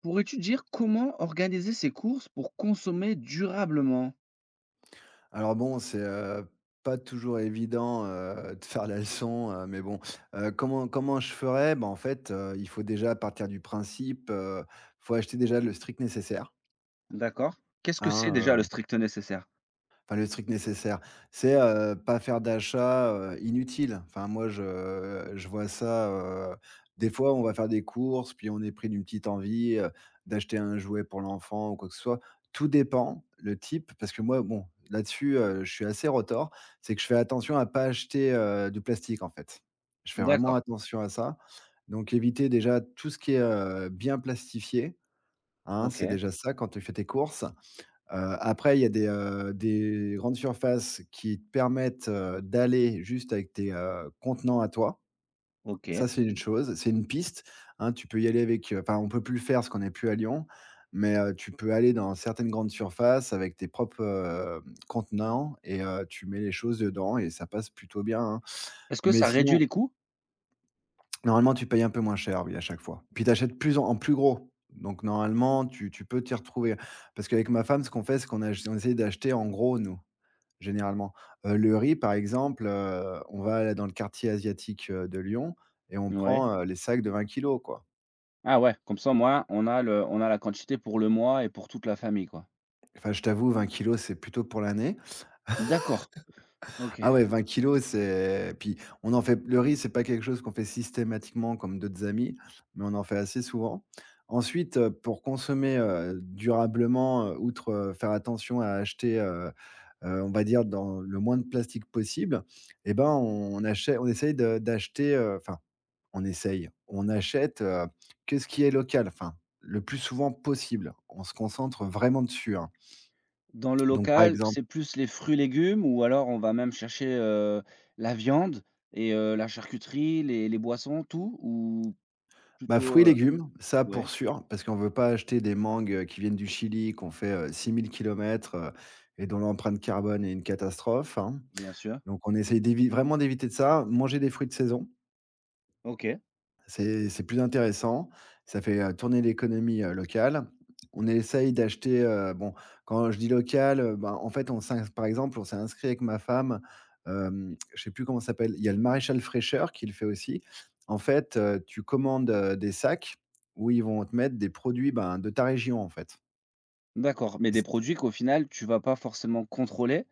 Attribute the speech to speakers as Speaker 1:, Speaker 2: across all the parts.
Speaker 1: Pourrais-tu dire comment organiser ses courses pour consommer durablement?
Speaker 2: Alors bon, c'est, pas toujours évident, de faire la leçon, mais bon, comment je ferais? Ben en fait, il faut déjà partir du principe, faut acheter déjà le strict nécessaire,
Speaker 1: D'accord. Qu'est-ce que c'est déjà le
Speaker 2: hein.
Speaker 1: strict nécessaire?
Speaker 2: Enfin, le truc nécessaire. C'est, pas faire d'achats, inutiles. Enfin, moi, je vois ça, des fois, on va faire des courses, puis on est pris d'une petite envie, d'acheter un jouet pour l'enfant ou quoi que ce soit. Tout dépend, le type, parce que moi, bon, là-dessus, je suis assez rotor. C'est que je fais attention à pas acheter, du plastique, en fait. Je fais vraiment
Speaker 1: D'accord.
Speaker 2: attention à ça. Donc éviter déjà tout ce qui est, bien plastifié, hein, c'est
Speaker 1: OK,
Speaker 2: déjà ça quand tu fais tes courses. Après il y a des grandes surfaces qui te permettent, d'aller juste avec tes, contenants à toi.
Speaker 1: OK.
Speaker 2: Ça, c'est une chose, c'est une piste, hein. Tu peux y aller avec, enfin, on peut plus le faire parce qu'on n'est plus à Lyon, mais, tu peux aller dans certaines grandes surfaces avec tes propres, contenants et tu mets les choses dedans et ça passe plutôt bien, hein.
Speaker 1: Est-ce que
Speaker 2: Mais
Speaker 1: ça réduit
Speaker 2: sinon
Speaker 1: les coûts?
Speaker 2: normalement, tu payes un peu moins cher, oui, à chaque fois. Puis tu achètes plus en plus gros. Donc normalement, tu peux t'y retrouver. Parce qu'avec ma femme, ce qu'on fait, c'est qu' on essaie d'acheter en gros, nous, généralement. Le riz, par exemple, on va dans le quartier asiatique, de Lyon et on
Speaker 1: Ouais.
Speaker 2: prend, les sacs de 20 kilos, quoi.
Speaker 1: Ah ouais, comme ça, moi, on a la quantité pour le mois et pour toute la famille, quoi.
Speaker 2: Enfin, je t'avoue, 20 kilos, c'est plutôt pour l'année.
Speaker 1: D'accord. OK.
Speaker 2: Ah ouais, 20 kilos, c'est puis on en fait le riz, c'est pas quelque chose qu'on fait systématiquement comme d'autres amis, mais on en fait assez souvent. Ensuite, pour consommer, durablement, outre, faire attention à acheter, on va dire dans le moins de plastique possible et ben, on achète, on essaye de d'acheter, on achète, que ce qui est local, enfin le plus souvent possible. On se concentre vraiment dessus, hein.
Speaker 1: Dans le
Speaker 2: Donc par
Speaker 1: local,
Speaker 2: exemple
Speaker 1: c'est plus les fruits, légumes ou alors on va même chercher, la viande et la charcuterie, les boissons, tout? Ou
Speaker 2: bah,
Speaker 1: plutôt,
Speaker 2: fruits et légumes, ça pour
Speaker 1: ouais,
Speaker 2: sûr, parce qu'on veut pas acheter des mangues, qui viennent du Chili, qu'on fait, 6 000 km, et dont l'empreinte carbone est une catastrophe, hein.
Speaker 1: bien sûr.
Speaker 2: Donc on essaye d'évi vraiment d'éviter de ça, manger des fruits de saison.
Speaker 1: OK.
Speaker 2: C'est plus intéressant, ça fait, tourner l'économie, locale. On essaye d'acheter, bon, quand je dis local, ben, en fait, on s'ins par exemple, on s'est inscrit avec ma femme, je sais plus comment ça s'appelle, il y a le Maréchal Fraîcheur qui le fait aussi. En fait, tu commandes, des sacs où ils vont te mettre des produits, ben, de ta région, en fait.
Speaker 1: D'accord, mais des produits qu'au final, tu vas pas forcément contrôler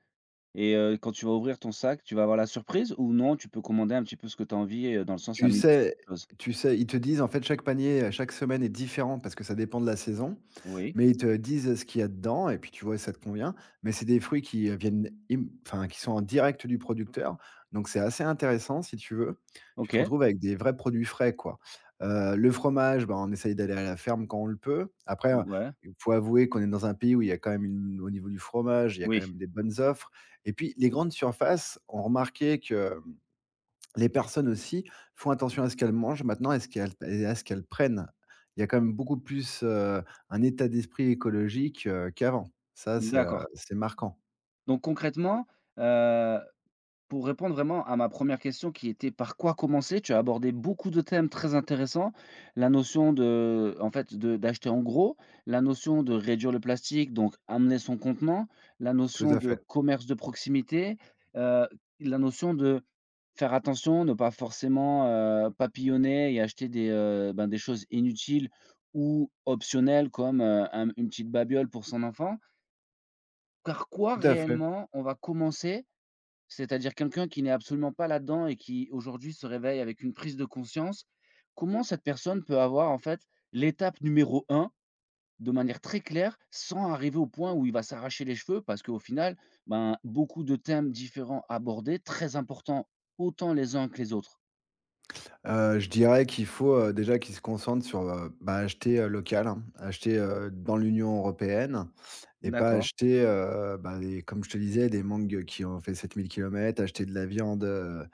Speaker 1: et quand tu vas ouvrir ton sac, tu vas avoir la surprise ou non, tu peux commander un petit peu ce que tu as envie et dans le sens un
Speaker 2: Tu
Speaker 1: minimum
Speaker 2: sais
Speaker 1: de choses?
Speaker 2: tu sais, ils te disent, en fait, chaque panier, chaque semaine est différent parce que ça dépend de la saison,
Speaker 1: Oui,
Speaker 2: mais ils te disent ce qu'il y a dedans et puis tu vois si ça te convient, mais c'est des fruits qui, viennent im enfin, qui sont en direct du producteur, donc c'est assez intéressant si tu veux. Tu te
Speaker 1: OK,
Speaker 2: retrouves avec des vrais produits frais, quoi. Le fromage, ben, on essaye d'aller à la ferme quand on le peut. Après,
Speaker 1: ouais,
Speaker 2: il faut avouer qu'on est dans un pays où il y a quand même une au niveau du fromage, il y a quand
Speaker 1: oui,
Speaker 2: même des bonnes offres et puis les grandes surfaces ont remarqué que les personnes aussi font attention à ce qu'elles mangent maintenant et à ce qu'elles et à ce qu'elles prennent. Il y a quand même beaucoup plus, un état d'esprit écologique, qu'avant. Ça,
Speaker 1: d'accord.
Speaker 2: c'est marquant.
Speaker 1: Donc concrètement, pour répondre vraiment à ma première question qui était: «Par quoi commencer?», tu as abordé beaucoup de thèmes très intéressants. La notion de en fait, de d'acheter en gros, la notion de réduire le plastique, donc amener son contenant, la
Speaker 2: Tout
Speaker 1: notion
Speaker 2: à
Speaker 1: de
Speaker 2: fait,
Speaker 1: commerce de proximité, heu, la notion de faire attention, ne pas forcément, papillonner et acheter des, ben, des choses inutiles ou optionnelles comme, un une petite babiole pour son enfant. Par quoi
Speaker 2: tout à fait.
Speaker 1: réellement on va commencer, c'est-à-dire quelqu'un qui n'est absolument pas là-dedans et qui aujourd'hui se réveille avec une prise de conscience, comment cette personne peut avoir en fait l'étape numéro un de manière très claire sans arriver au point où il va s'arracher les cheveux parce qu'au final, ben, beaucoup de thèmes différents abordés, très importants autant les uns que les autres.
Speaker 2: Je dirais qu'il faut, déjà qu'ils se concentrent sur, bah, acheter, local, hein, acheter, dans l'Union européenne et pas
Speaker 1: D'accord.
Speaker 2: acheter, bah, des comme je te disais, des mangues qui ont fait 7 000 kilomètres, acheter de la viande, heu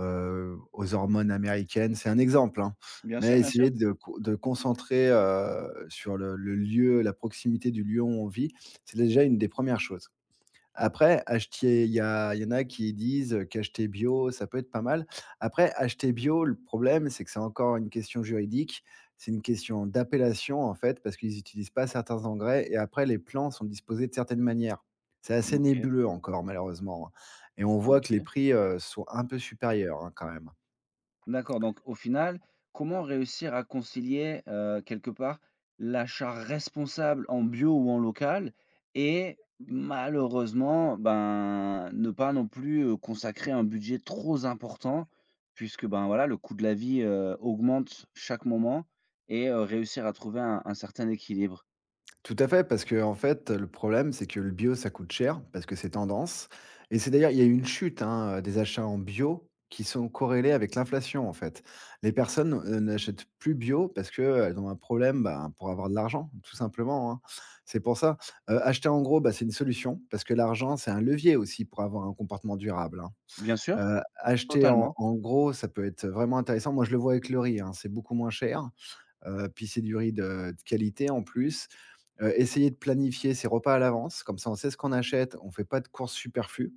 Speaker 2: heu, aux hormones américaines. C'est un exemple, hein,
Speaker 1: Bien sûr,
Speaker 2: mais
Speaker 1: bien sûr.
Speaker 2: essayer de concentrer, sur le lieu, la proximité du lieu où on vit, c'est déjà une des premières choses. Après, acheter il y a il y en a qui disent, qu'acheter bio, ça peut être pas mal. Après, acheter bio, le problème, c'est que c'est encore une question juridique. C'est une question d'appellation, en fait, parce qu'ils n'utilisent pas certains engrais et après les plants sont disposés de certaines manières. C'est assez
Speaker 1: OK,
Speaker 2: nébuleux encore malheureusement, hein, et on voit que les
Speaker 1: OK.
Speaker 2: prix, sont un peu supérieurs, hein, quand même, hein.
Speaker 1: D'accord, donc au final, comment réussir à concilier, quelque part, l'achat responsable en bio ou en local et malheureusement, ben, ne pas non plus, consacrer un budget trop important puisque, ben, voilà, le coût de la vie, augmente chaque moment et réussir à trouver un certain équilibre?
Speaker 2: Tout à fait, parce que en fait, le problème, c'est que le bio, ça coûte cher, parce que c'est tendance. Et c'est d'ailleurs il y a eu une chute, hein, des achats en bio qui sont corrélés avec l'inflation, en fait. Les personnes, n'achètent plus bio parce qu'elles ont un problème, ben, pour avoir de l'argent, tout simplement, hein. C'est pour ça. Acheter en gros, bah, c'est une solution, parce que l'argent, c'est un levier aussi pour avoir un comportement durable, hein.
Speaker 1: Bien sûr,
Speaker 2: Acheter
Speaker 1: totalement.
Speaker 2: en gros, ça peut être vraiment intéressant. Moi, je le vois avec le riz, hein, c'est beaucoup moins cher, puis c'est du riz de qualité en plus. Essayer de planifier ses repas à l'avance, comme ça on sait ce qu'on achète, on fait pas de courses superflues.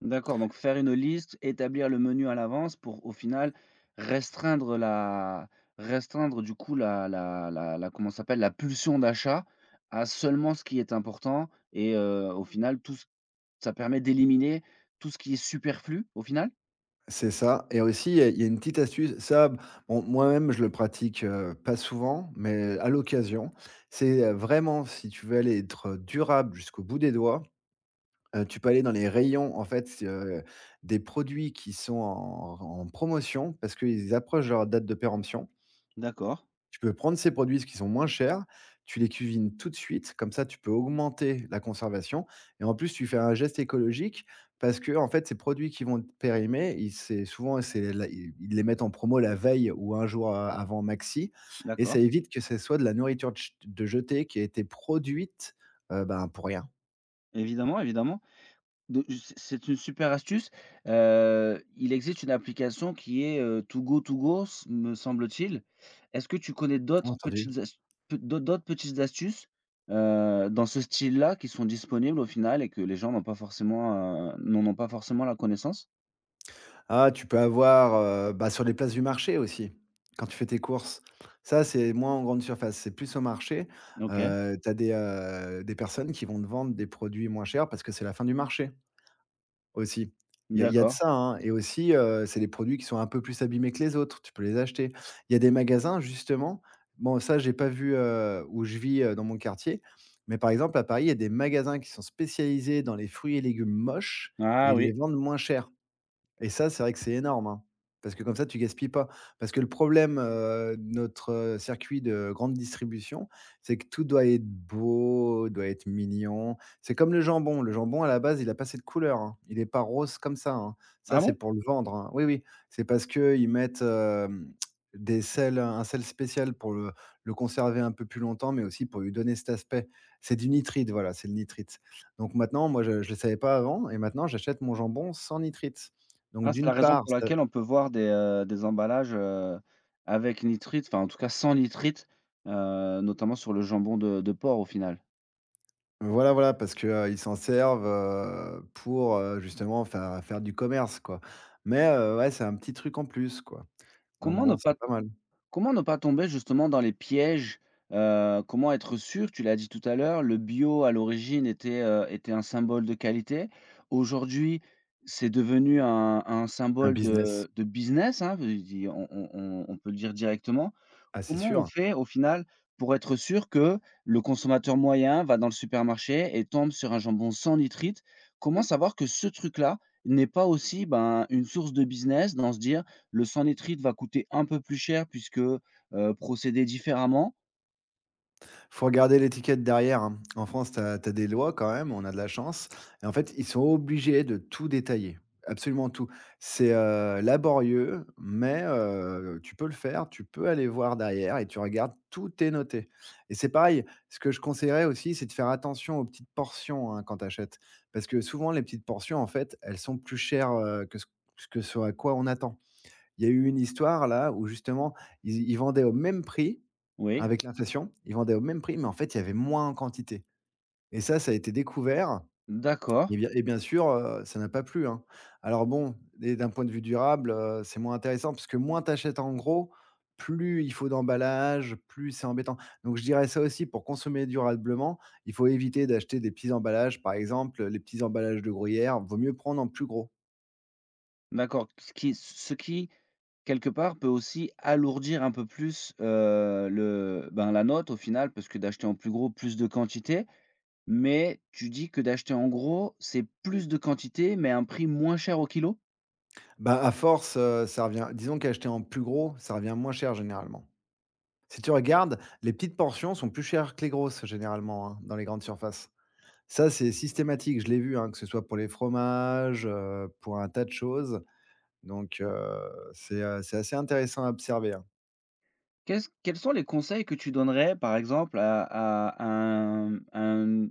Speaker 1: D'accord, donc faire une liste, établir le menu à l'avance pour, au final, restreindre la restreindre du coup la comment ça s'appelle? La pulsion d'achat à seulement ce qui est important et au final tout ce ça permet d'éliminer tout ce qui est superflu, au final?
Speaker 2: C'est ça et aussi il y a une petite astuce, ça, bon, moi-même je le pratique, pas souvent, mais à l'occasion. C'est, vraiment si tu veux aller être durable jusqu'au bout des doigts, tu peux aller dans les rayons en fait, c'est, des produits qui sont en promotion parce qu'ils approchent leur date de péremption.
Speaker 1: D'accord,
Speaker 2: Tu peux prendre ces produits, ce qui sont moins chers, tu les cuisines tout de suite, comme ça tu peux augmenter la conservation et en plus tu fais un geste écologique parce que en fait, ces produits qui vont périmer, ils c'est souvent c'est la ils les mettent en promo la veille ou un jour a avant maxi et ça
Speaker 1: d'accord.
Speaker 2: évite que ce soit de la nourriture de jetée qui a été produite, ben, pour rien.
Speaker 1: Évidemment, évidemment. De c c'est une super astuce. Il existe une application qui est, Too Go To Go, s me semble-t-il. Est-ce que tu connais d'autres
Speaker 2: Entendu.
Speaker 1: petites as p d'au d'autres petites astuces, dans ce style-là qui sont disponibles au final et que les gens n'ont pas forcément, n'en ont pas forcément la connaissance?
Speaker 2: Ah, tu peux avoir, bah, sur les places du marché aussi, quand tu fais tes courses. Ça, c'est moins en grande surface, c'est plus au marché.
Speaker 1: OK,
Speaker 2: Tu as des personnes qui vont te vendre des produits moins chers parce que c'est la fin du marché aussi. Il y a de
Speaker 1: d'accord.
Speaker 2: ça, hein, et aussi, c'est des produits qui sont un peu plus abîmés que les autres, tu peux les acheter. Il y a des magasins justement, bon ça j'ai pas vu, où je vis, dans mon quartier, mais par exemple à Paris, il y a des magasins qui sont spécialisés dans les fruits et légumes moches
Speaker 1: Ah
Speaker 2: et ils
Speaker 1: oui.
Speaker 2: les vendent moins cher. Et ça, c'est vrai que c'est énorme, hein, parce que comme ça, tu gaspilles pas. Parce que le problème, de notre, circuit de grande distribution, c'est que tout doit être beau, doit être mignon. C'est comme le jambon. Le jambon, à la base, il a pas cette couleur, hein. Il est pas rose comme ça, hein. Ça,
Speaker 1: Ah
Speaker 2: c'est
Speaker 1: bon?
Speaker 2: pour le vendre, hein. Oui, oui, c'est parce qu'ils mettent, des sels, un sel spécial pour le conserver un peu plus longtemps, mais aussi pour lui donner cet aspect. C'est du nitrite, voilà, c'est le nitrite. Donc maintenant, moi, je le savais pas avant et maintenant, j'achète mon jambon sans nitrite. Donc
Speaker 1: Ah, c'est la
Speaker 2: d'une
Speaker 1: raison
Speaker 2: part,
Speaker 1: pour
Speaker 2: ça
Speaker 1: laquelle on peut voir des emballages, avec nitrite, enfin en tout cas sans nitrite, notamment sur le jambon de porc au final.
Speaker 2: voilà, voilà, parce que, ils s'en servent, pour, justement faire du commerce, quoi. Mais, ouais, c'est un petit truc en plus, quoi. Donc
Speaker 1: Comment ne
Speaker 2: bon,
Speaker 1: pas
Speaker 2: c'est pas mal.
Speaker 1: Comment ne pas tomber justement dans les pièges? Comment être sûr? Tu l'as dit tout à l'heure, le bio à l'origine était, était un symbole de qualité. Aujourd'hui, c'est devenu un
Speaker 2: Un
Speaker 1: symbole
Speaker 2: business.
Speaker 1: de business, hein, on peut le dire directement.
Speaker 2: Ah, c'est
Speaker 1: Comment on
Speaker 2: sûr.
Speaker 1: fait au final pour être sûr que le consommateur moyen va dans le supermarché et tombe sur un jambon sans nitrite? Comment savoir que ce truc-là n'est pas aussi, ben, une source de business dans se dire: «Le sans nitrite va coûter un peu plus cher puisque, procédé différemment»?
Speaker 2: Faut regarder l'étiquette derrière, hein. En France, tu as des lois quand même, on a de la chance et en fait, ils sont obligés de tout détailler, absolument tout. C'est, laborieux, mais tu peux le faire, tu peux aller voir derrière et tu regardes, tout est noté et c'est pareil, ce que je conseillerais aussi, c'est de faire attention aux petites portions, hein, quand tu achètes. Parce que souvent, les petites portions, en fait, elles sont plus chères, que ce à quoi on attend. Il y a eu une histoire là où justement, ils vendaient au même prix
Speaker 1: Oui,
Speaker 2: avec l'inflation, ils vendaient au même prix, mais en fait, il y avait moins en quantité et ça a été découvert
Speaker 1: d'accord,
Speaker 2: et bien sûr, ça n'a pas plu, hein. Alors bon, et d'un point de vue durable, c'est moins intéressant parce que moins tu achètes en gros, plus il faut d'emballage, plus c'est embêtant. Donc je dirais ça aussi pour consommer durablement, il faut éviter d'acheter des petits emballages, par exemple, les petits emballages de gruyère, vaut mieux prendre en plus gros.
Speaker 1: d'accord. Ce qui, quelque part, peut aussi alourdir un peu plus, le ben, la note au final parce que d'acheter en plus gros, plus de quantité. Mais tu dis que d'acheter en gros, c'est plus de quantité, mais à un prix moins cher au kilo?
Speaker 2: Bah, à force, ça revient, disons qu'acheter en plus gros, ça revient moins cher généralement. Si tu regardes, les petites portions sont plus chères que les grosses généralement, hein, dans les grandes surfaces. Ça, c'est systématique, je l'ai vu, hein, que ce soit pour les fromages, pour un tas de choses. Donc c'est assez intéressant à observer, hein.
Speaker 1: Qu'est-ce quels sont les conseils que tu donnerais, par exemple, à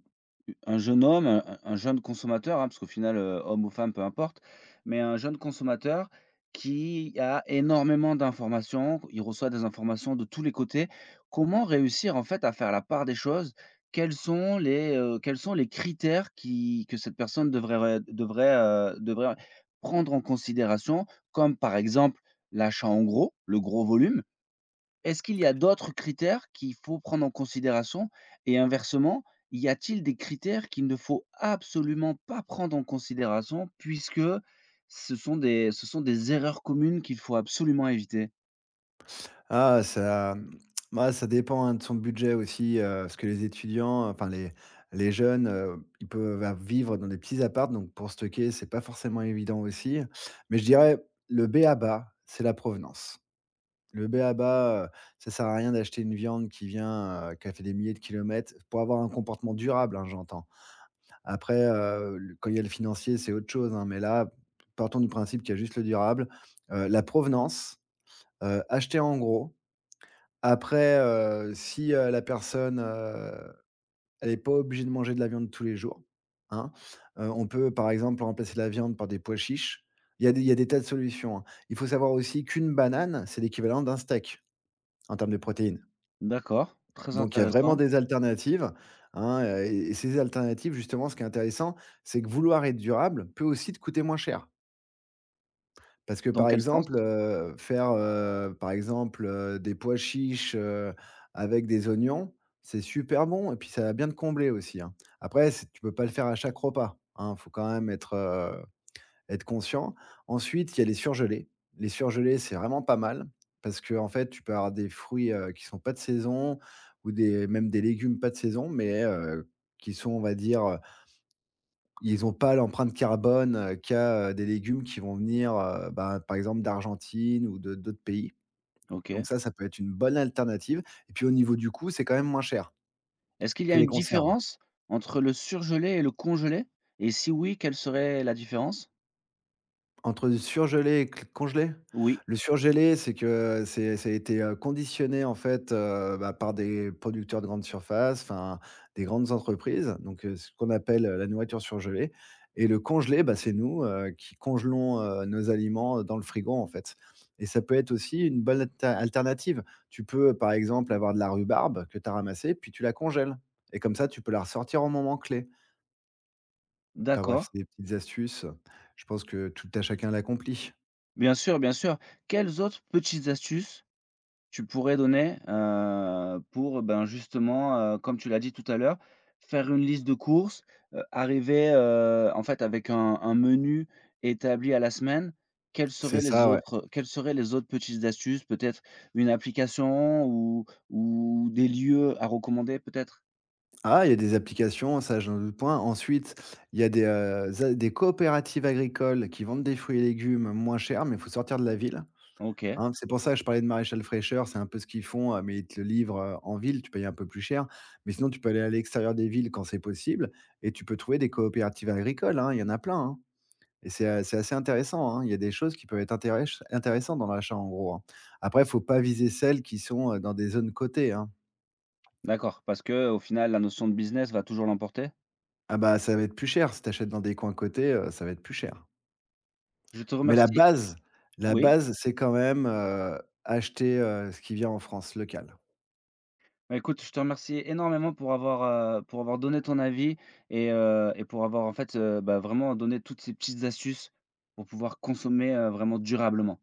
Speaker 1: un jeune homme, un jeune consommateur, hein, parce qu'au final, homme ou femme, peu importe, mais un jeune consommateur qui a énormément d'informations, il reçoit des informations de tous les côtés. Comment réussir, en fait, à faire la part des choses? Quels sont les critères qui que cette personne devrait devrait prendre en considération? Comme, par exemple, l'achat en gros, le gros volume, est-ce qu'il y a d'autres critères qu'il faut prendre en considération? Et inversement, y a-t-il des critères qu'il ne faut absolument pas prendre en considération puisque ce sont des erreurs communes qu'il faut absolument éviter?
Speaker 2: Ah ça, bah, ça dépend, hein, de son budget aussi, parce que les étudiants, enfin les jeunes, ils peuvent av vivre dans des petits apparts, donc pour stocker, c'est pas forcément évident aussi. Mais je dirais, le b.a-ba, c'est la provenance. Le b.a.-ba, ça sert à rien d'acheter une viande qui vient, qui a fait des milliers de kilomètres pour avoir un comportement durable, hein, j'entends. Après, le quand il y a le financier, c'est autre chose, hein, mais là, partons du principe qu'il y a juste le durable. La provenance, acheter en gros. Après, si, la personne, elle n'est pas obligée de manger de la viande tous les jours, hein. On peut, par exemple, remplacer la viande par des pois chiches. Il y a des tas de solutions, hein. Il faut savoir aussi qu'une banane, c'est l'équivalent d'un steak en termes de protéines.
Speaker 1: D'accord, très
Speaker 2: Donc il y a vraiment
Speaker 1: intéressant.
Speaker 2: des alternatives, hein, et ces alternatives justement, ce qui est intéressant, c'est que vouloir être durable peut aussi te coûter moins cher. Parce que
Speaker 1: Dans
Speaker 2: par
Speaker 1: quel sens?
Speaker 2: exemple, faire, par exemple, des pois chiches, avec des oignons, c'est super bon et puis ça va bien te combler aussi, hein. Après, c'est tu peux pas le faire à chaque repas, hein, faut quand même être être conscient. Ensuite, il y a les surgelés. Les surgelés, c'est vraiment pas mal parce que en fait, tu peux avoir des fruits, qui sont pas de saison ou des même des légumes pas de saison, mais qui sont, on va dire, ils ont pas l'empreinte carbone, qu'a, des légumes qui vont venir, ben, par exemple d'Argentine ou de d'autres pays. Donc
Speaker 1: OK.
Speaker 2: ça peut être une bonne alternative et puis au niveau du coût, c'est quand même moins cher
Speaker 1: Est-ce qu'il y
Speaker 2: que
Speaker 1: a
Speaker 2: les
Speaker 1: une
Speaker 2: conserves.
Speaker 1: différence entre le surgelé et le congelé? Et si oui, quelle serait la différence?
Speaker 2: Entre du surgelé et cl congelé?
Speaker 1: Oui,
Speaker 2: Le surgelé, c'est que c'est ça a été, conditionné en fait, bah, par des producteurs de grandes surfaces, enfin des grandes entreprises, donc ce qu'on appelle, la nourriture surgelée, et le congelé, bah, c'est nous, qui congelons, nos aliments, dans le frigo en fait, et ça peut être aussi une bonne alternative. Tu peux, par exemple, avoir de la rhubarbe que tu as ramassée, puis tu la congèles, et comme ça, tu peux la ressortir au moment clé. Enfin bref,
Speaker 1: d'accord.
Speaker 2: c'est des petites astuces, je pense que tout à chacun l'accomplit.
Speaker 1: Bien sûr, bien sûr. Quelles autres petites astuces tu pourrais donner, pour, ben, justement, comme tu l'as dit tout à l'heure, faire une liste de courses, arriver, en fait, avec un menu établi à la semaine. Quelles seraient
Speaker 2: C'est
Speaker 1: Oui. les
Speaker 2: ça, ouais.
Speaker 1: autres quelles seraient les autres petites astuces? Peut-être une application ou des lieux à recommander, peut-être?
Speaker 2: Ah, il y a des applications, ça, je n'en doute point. Ensuite, il y a des coopératives agricoles qui vendent des fruits et légumes moins chers, mais il faut sortir de la ville,
Speaker 1: OK,
Speaker 2: hein. C'est pour ça que je parlais de Maréchal Fraîcheur, c'est un peu ce qu'ils font, mais ils te le livrent, en ville, tu payes un peu plus cher. Mais sinon, tu peux aller à l'extérieur des villes quand c'est possible, et tu peux trouver des coopératives agricoles, hein, il y en a plein, hein. Et c'est assez intéressant, hein. Il y a des choses qui peuvent être intérèches intéressantes dans l'achat, en gros, hein. Après, il faut pas viser celles qui sont, dans des zones cotées, hein.
Speaker 1: d'accord, parce que au final, la notion de business va toujours l'emporter.
Speaker 2: Ah bah, ça va être plus cher. Si tu achètes dans des coins cotés, ça va être plus cher.
Speaker 1: Je te
Speaker 2: Mais la
Speaker 1: remercie.
Speaker 2: base, la
Speaker 1: Oui?
Speaker 2: base, c'est quand même, acheter, ce qui vient en France, local.
Speaker 1: Bah, écoute, je te remercie énormément pour avoir donné ton avis et pour avoir en fait, bah, vraiment donné toutes ces petites astuces pour pouvoir consommer, vraiment durablement.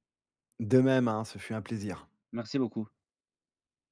Speaker 2: De même, hein, ce fut un plaisir.
Speaker 1: Merci beaucoup.